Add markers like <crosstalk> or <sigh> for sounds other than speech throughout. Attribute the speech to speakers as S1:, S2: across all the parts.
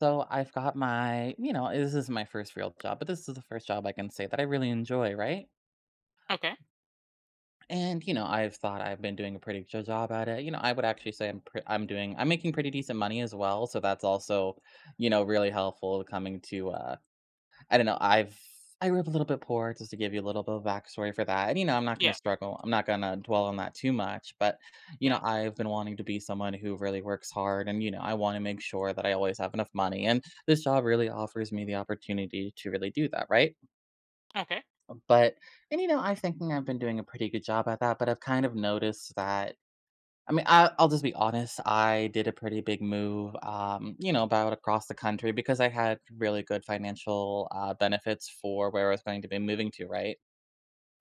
S1: So I've got my, you know, this is my first real job, but this is the first job I can say that I really enjoy, right?
S2: Okay.
S1: And you know, I've been doing a pretty good job at it. You know, I would actually say I'm making pretty decent money as well, so that's also, you know, really helpful coming to I don't know, I grew up a little bit poor, just to give you a little bit of backstory for that, and, you know,
S2: Yeah.
S1: I'm not gonna dwell on that too much, but, you know,
S2: Yeah.
S1: I've been wanting to be someone who really works hard, and, you know, I wanna make sure that I always have enough money, and this job really offers me the opportunity to really do that, right?
S2: Okay.
S1: But And you know, I'm thinking I've been doing a pretty good job at that, but I've kind of noticed that I mean, I'll just be honest. I did a pretty big move, you know, about across the country because I had really good financial benefits for where I was going to be moving to. Right,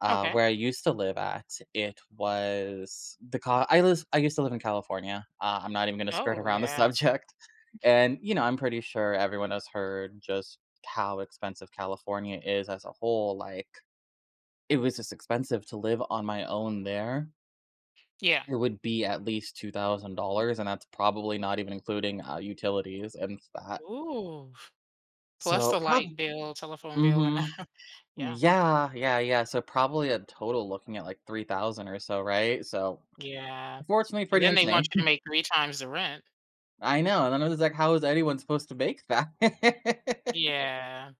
S2: Okay.
S1: where I used to live at, it was the I used to live in California. I'm not even going to skirt
S2: Oh,
S1: around the <laughs>
S2: yeah.
S1: subject, and you know, I'm pretty sure everyone has heard just how expensive California is as a whole. Like, it was just expensive to live on my own there.
S2: Yeah.
S1: It would be at least $2,000, and that's probably not even including, utilities and that.
S2: Ooh. Plus
S1: So,
S2: the
S1: probably,
S2: light bill, telephone bill, and
S1: mhm.
S2: <laughs> yeah.
S1: Yeah, yeah, yeah, so probably a total looking at, like, 3,000 or so, right? So,
S2: Yeah.
S1: unfortunately,
S2: And
S1: pretty
S2: then they want
S1: insane.
S2: you to
S1: <laughs>
S2: make 3 times the rent.
S1: I know, and then I was like, "How is anyone supposed to bake that?" <laughs>
S2: Yeah.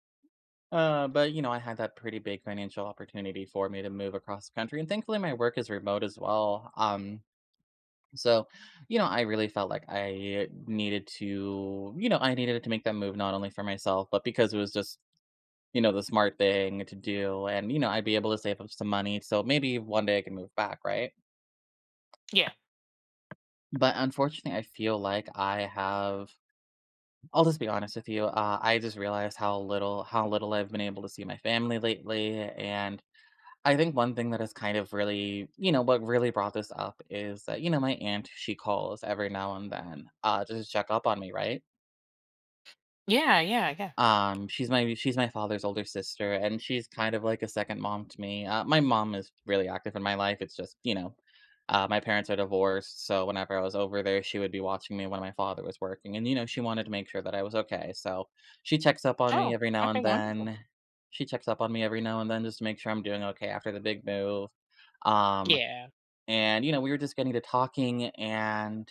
S1: But, you know, I had that pretty big financial opportunity for me to move across the country, and thankfully, my work is remote as well, So, you know, I really felt like I needed to, you know, I needed to make that move not only for myself, but because it was just, you know, the smart thing to do. And, you know, I'd be able to save up some money. So maybe one day I can move back, right?
S2: Yeah.
S1: But unfortunately, I feel like I have, I'll just be honest with you. I just realized how little I've been able to see my family lately. And I think one thing that has kind of really, you know, what really brought this up is that, you know, my aunt, she calls every now and then just to check up on me, right?
S2: Yeah, yeah, yeah.
S1: She's my father's older sister, and she's kind of like a second mom to me. My mom is really active in my life. It's just, you know, my parents are divorced, so whenever I was over there, she would be watching me when my father was working, and you know, she wanted to make sure that I was okay. So she checks up on me
S2: Oh,
S1: every now
S2: okay,
S1: and
S2: wonderful.
S1: then. She checks up on me every now and then just to make sure I'm doing okay after the big move. Um,
S2: Yeah.
S1: and you know, we were just getting to talking, and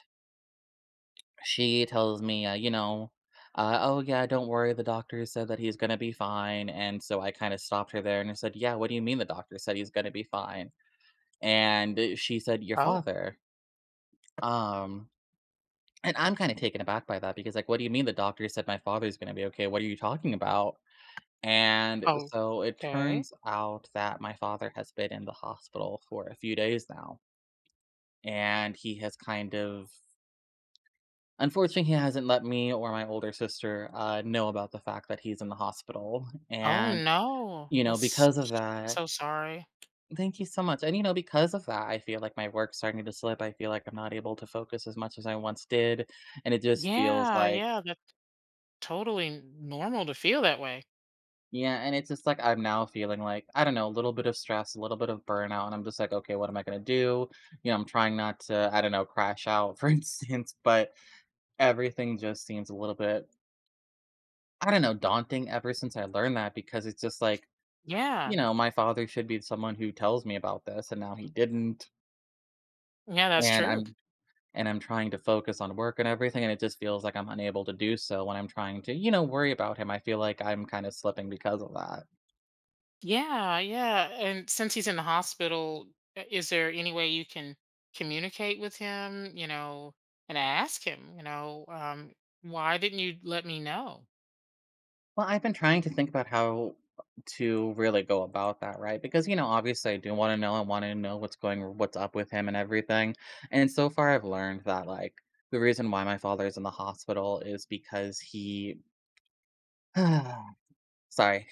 S1: she tells me, you know, oh, yeah, don't worry. The doctor said that he's going to be fine. And so I kind of stopped her there and I said, yeah, what do you mean the doctor said he's going to be fine? And she said, your
S2: Oh.
S1: father. Um, and I'm kind of taken aback by that because, like, what do you mean the doctor said my father's going to be okay? What are you talking about? And
S2: Oh,
S1: so it
S2: okay.
S1: turns out that my father has been in the hospital for a few days now. And he has kind of Unfortunately, he hasn't let me or my older sister, know about the fact that he's in the hospital,
S2: Oh,
S1: and,
S2: no.
S1: you know,
S2: That's
S1: because of that,
S2: so sorry.
S1: thank you so much, and, you know, because of that, I feel like my work's starting to slip, I feel like I'm not able to focus as much as I once did, and it just feels
S2: Yeah,
S1: like
S2: yeah, that's totally normal to feel that way.
S1: yeah, and it's just like I'm now feeling like, I don't know, a little bit of stress, a little bit of burnout, and I'm just like, "Okay, what am I gonna do?" You know, I'm trying not to, I don't know, crash out, <laughs> for instance, but everything just seems a little bit, I don't know, daunting ever since I learned that because it's just like you
S2: Yeah.
S1: know, my father should be someone who tells me about this, and now he didn't,
S2: Yeah, that's
S1: and
S2: true.
S1: I'm and I'm trying to focus on work and everything, and it just feels like I'm unable to do so when I'm trying to, you know, worry about him. I feel like I'm kind of slipping because of that.
S2: Yeah, yeah. And since he's in the hospital, is there any way you can communicate with him, and ask him, why didn't you let me know?
S1: Well, I've been trying to think about how to really go about that, right? Because, you know, obviously I do want to know, I want to know what's going what's up with him and everything. And so far I've learned that like the reason why my father is in the hospital is because he <sighs> sorry.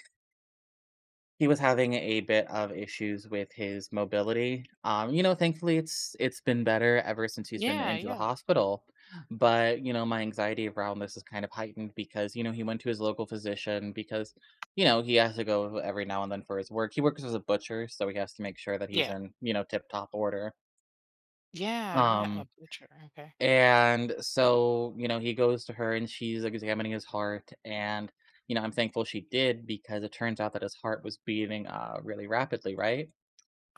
S1: He was having a bit of issues with his mobility. You know, thankfully it's been better ever since he's been
S2: Yeah,
S1: into the
S2: yeah,
S1: hospital. But, you know, my anxiety around this is kind of heightened because, you know, he went to his local physician because, you know, he has to go every now and then for his work. He works as a butcher, so he has to make sure that he's
S2: yeah,
S1: in, you know, tip top order.
S2: yeah, yeah. A
S1: Um
S2: butcher. Okay.
S1: and so, you know, he goes to her and she's examining his heart. And, you know, I'm thankful she did because it turns out that his heart was beating really rapidly, right?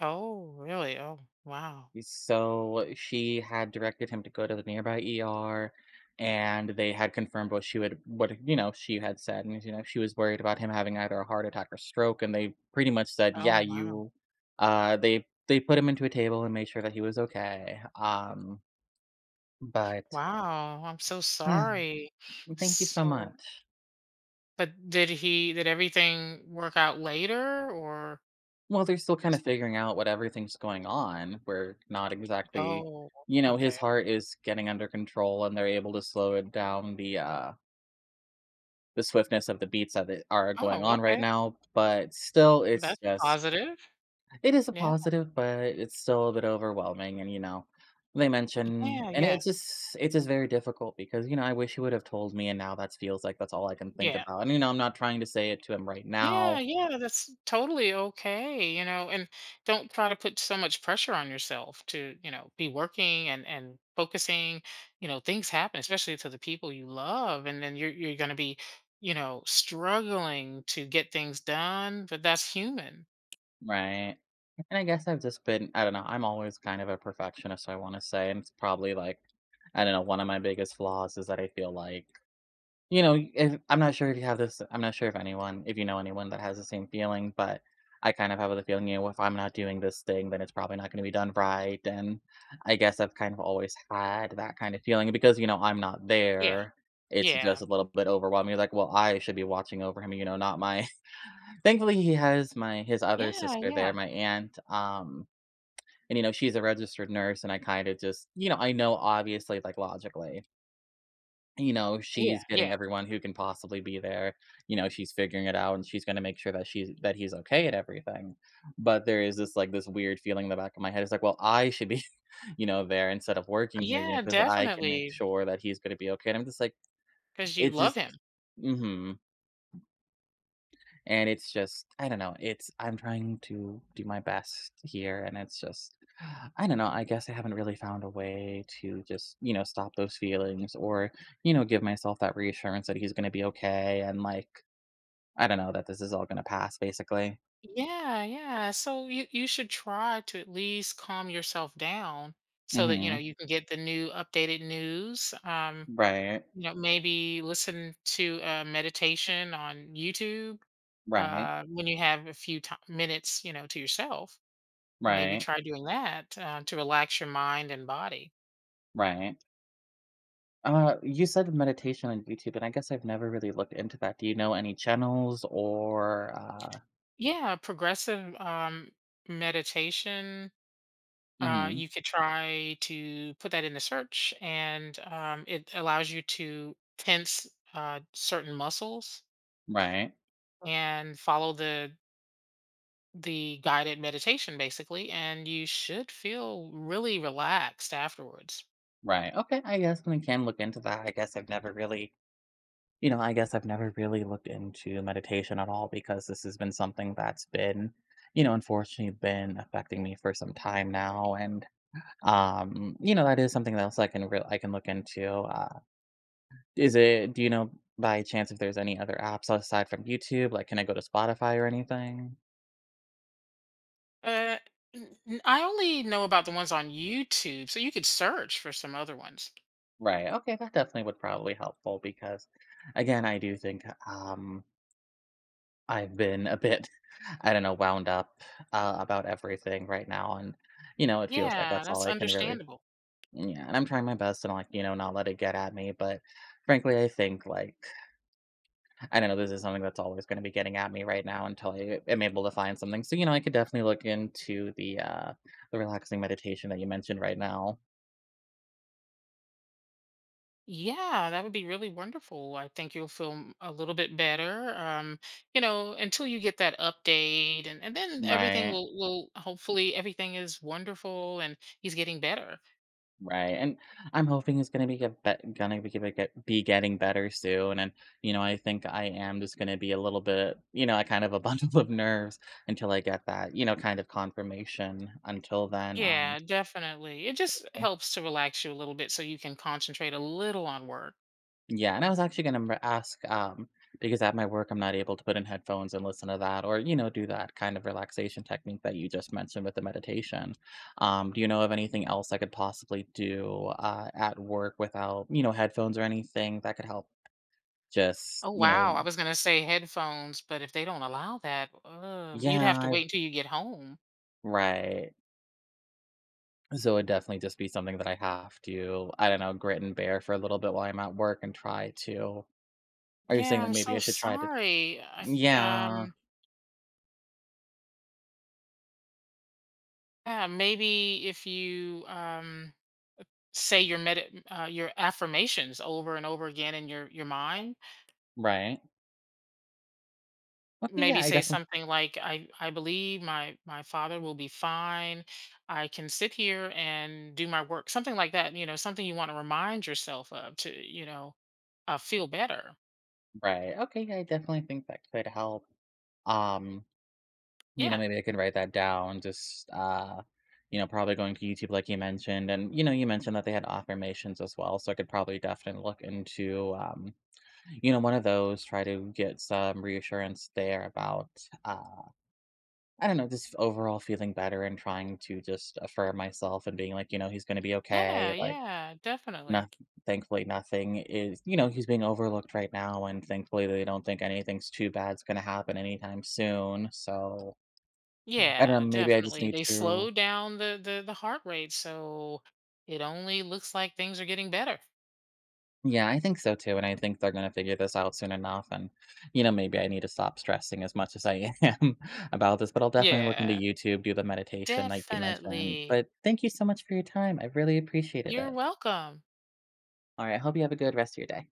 S2: Oh, really? Oh, wow.
S1: So she had directed him to go to the nearby ER and they had confirmed what what, you know, she had said. And, you know, she was worried about him having either a heart attack or stroke. And they pretty much said,
S2: Oh,
S1: yeah,
S2: wow.
S1: they put him into a table and made sure that he was okay. But
S2: Wow. I'm so sorry.
S1: <sighs> thank you so
S2: So,
S1: much.
S2: but did everything work out later
S1: Well, they're still kinda
S2: is,
S1: figuring out what everything's going on. We're not exactly
S2: oh,
S1: you know, his
S2: okay.
S1: heart is getting under control, and they're able to slow it down the swiftness of the beats that it are going
S2: Oh,
S1: on right
S2: okay.
S1: now, but still, it's
S2: That's a
S1: just
S2: positive.
S1: it is a
S2: Yeah.
S1: positive, but it's still a bit overwhelming, and, you know, they mention
S2: Yeah,
S1: and
S2: yeah,
S1: it's just very difficult because, you know, I wish he would have told me, and now that feels like that's all I can think
S2: yeah.
S1: about, and, you know, I'm not trying to say it to him right
S2: Yeah,
S1: now.
S2: yeah, that's totally okay, and don't try to put so much pressure on yourself to, be working and focusing. Things happen, especially to the people you love, and then you're going to be, struggling to get things done, but that's human.
S1: Right. And I guess I've just been I don't know, I'm always kind of a perfectionist, I wanna say, and it's probably like, I don't know, one of my biggest flaws is that I feel like, you know, if I'm not sure if you have this I'm not sure if anyone if you know anyone that has the same feeling, but I kind of have the feeling, you know, if I'm not doing this thing, then it's probably not gonna be done right. And I guess I've kind of always had that kind of feeling because, you know, I'm not
S2: Yeah.
S1: there. It's just
S2: Yeah.
S1: a little bit overwhelming. Like, well, I should be watching over him, you know, not my thankfully, he has my his other
S2: Yeah,
S1: sister there,
S2: yeah.
S1: my aunt, and, you know, she's a registered nurse, and I kinda just you know, I know obviously, like, logically, you know,
S2: Yeah,
S1: she's
S2: yeah.
S1: getting everyone who can possibly be there, you know, she's figuring it out, and she's gonna make sure that she's that he's okay at everything, but there is this, like, this weird feeling in the back of my head, it's like, "Well, I should be, <laughs> you know, there instead of working here, you know,
S2: Yeah,
S1: because I can make
S2: definitely
S1: sure that he's gonna be okay," and I'm just like,
S2: because you
S1: it's
S2: love
S1: just
S2: him.
S1: mhm. And it's just I don't know, it's I'm trying to do my best here, and it's just <sighs> I don't know, I guess I haven't really found a way to just, you know, stop those feelings or, you know, give myself that reassurance that he's gonna be okay and, like, I don't know, that this is all gonna pass, basically.
S2: Yeah, yeah. So you should try to at least calm yourself down so that you know
S1: Mhm.
S2: you can get the new updated news.
S1: Right.
S2: Maybe listen to a meditation on YouTube
S1: Right.
S2: when you have a few ti minutes, to yourself. Maybe
S1: Right.
S2: try doing that to relax your mind and body.
S1: Right. You said meditation on YouTube, and I guess I've never really looked into that. Do you know any channels or,
S2: Yeah, progressive meditation.
S1: Mhm.
S2: You could try to put that in the search, and it allows you to tense certain muscles
S1: Right.
S2: and follow the guided meditation basically, and you should feel really relaxed afterwards.
S1: Right. Okay. I guess we can look into that. I guess I've never really, I guess I've never really looked into meditation at all because this has been something that's been, unfortunately been affecting me for some time now. And that is something else I can real I can look into. Is it, do you know by chance if there's any other apps aside from YouTube? Like, can I go to Spotify or anything?
S2: Uh, I only know about the ones on YouTube, so you could search for some other ones.
S1: Right. Okay. That definitely would probably helpful because, again, I do think, um, I've been a bit, <laughs> I don't know, wound up about everything right now, and you know, it feels like
S2: Yeah,
S1: that's all
S2: that's
S1: I can really.
S2: understandable.
S1: Yeah, and I'm trying my best and like you know not let it get at me, but frankly, I think like I don't know, this is something that's always going to be getting at me right now until I am able to find something. So you know, I could definitely look into the relaxing meditation that you mentioned right now,
S2: Yeah, that would be really wonderful. I think you'll feel a little bit better. Until you get that update, and then everything
S1: right?
S2: will hopefully everything is wonderful and he's getting better.
S1: Right, and I'm hoping it's gonna be get bet gonna be going get be getting better soon, and you know I think I am just gonna be a little bit, you know, I kind of a <laughs> bundle of nerves until I get that, you know, kind of confirmation. Until then,
S2: Yeah, definitely. It just helps to relax you a little bit so you can concentrate a little on work.
S1: yeah, and I was actually gonna ask, because at my work I'm not able to put in headphones and listen to that, or you know, do that kind of relaxation technique that you just mentioned with the meditation. Do you know of anything else I could possibly do at work without, you know, headphones or anything that could help? Just,
S2: Oh
S1: you
S2: wow,
S1: know
S2: I was gonna say headphones, but if they don't allow that, you'd
S1: yeah,
S2: have to wait until you get home.
S1: right. So it'd definitely just be something that I have to, I don't know, grit and bear for a little bit while I'm at work and try to Are you saying
S2: Yeah,
S1: that
S2: I'm
S1: maybe
S2: so
S1: I should try to
S2: sorry.
S1: Yeah,
S2: Um, yeah, maybe if you say your medi your affirmations over and over again in your mind.
S1: right. Okay, yeah,
S2: Maybe
S1: I
S2: say
S1: definitely
S2: something like, "I believe my father will be fine. I can sit here and do my work." Something like that. You know, something you want to remind yourself of to feel better.
S1: Right. Okay, yeah, I definitely think that could help. Um, you know,
S2: Yeah,
S1: maybe I could write that down, just, you know, probably going to YouTube like you mentioned, and, you know, you mentioned that they had affirmations as well, so I could probably definitely look into, You know, one of those, try to get some reassurance there about, uh, I don't know, just overall feeling better and trying to just affirm myself and being like, you know, he's going to be
S2: yeah,
S1: okay. Like,
S2: yeah, definitely.
S1: not, thankfully, nothing is, you know, he's being overlooked right now. And thankfully, they don't think anything's too bad's going to happen anytime soon. So I don't know,
S2: Yeah,
S1: maybe I just
S2: definitely.
S1: need
S2: They
S1: to
S2: slow down the heart rate, so it only looks like things are getting better.
S1: Yeah, I think so too, and I think they're gonna figure this out soon enough, and, you know, maybe I need to stop stressing as much as I <laughs> am about this, but I'll definitely look into
S2: Yeah,
S1: YouTube, do the meditation like you mentioned,
S2: definitely.
S1: but thank you so much for your time, I really appreciated
S2: You're
S1: it.
S2: welcome.
S1: Alright, I hope you have a good rest of your day.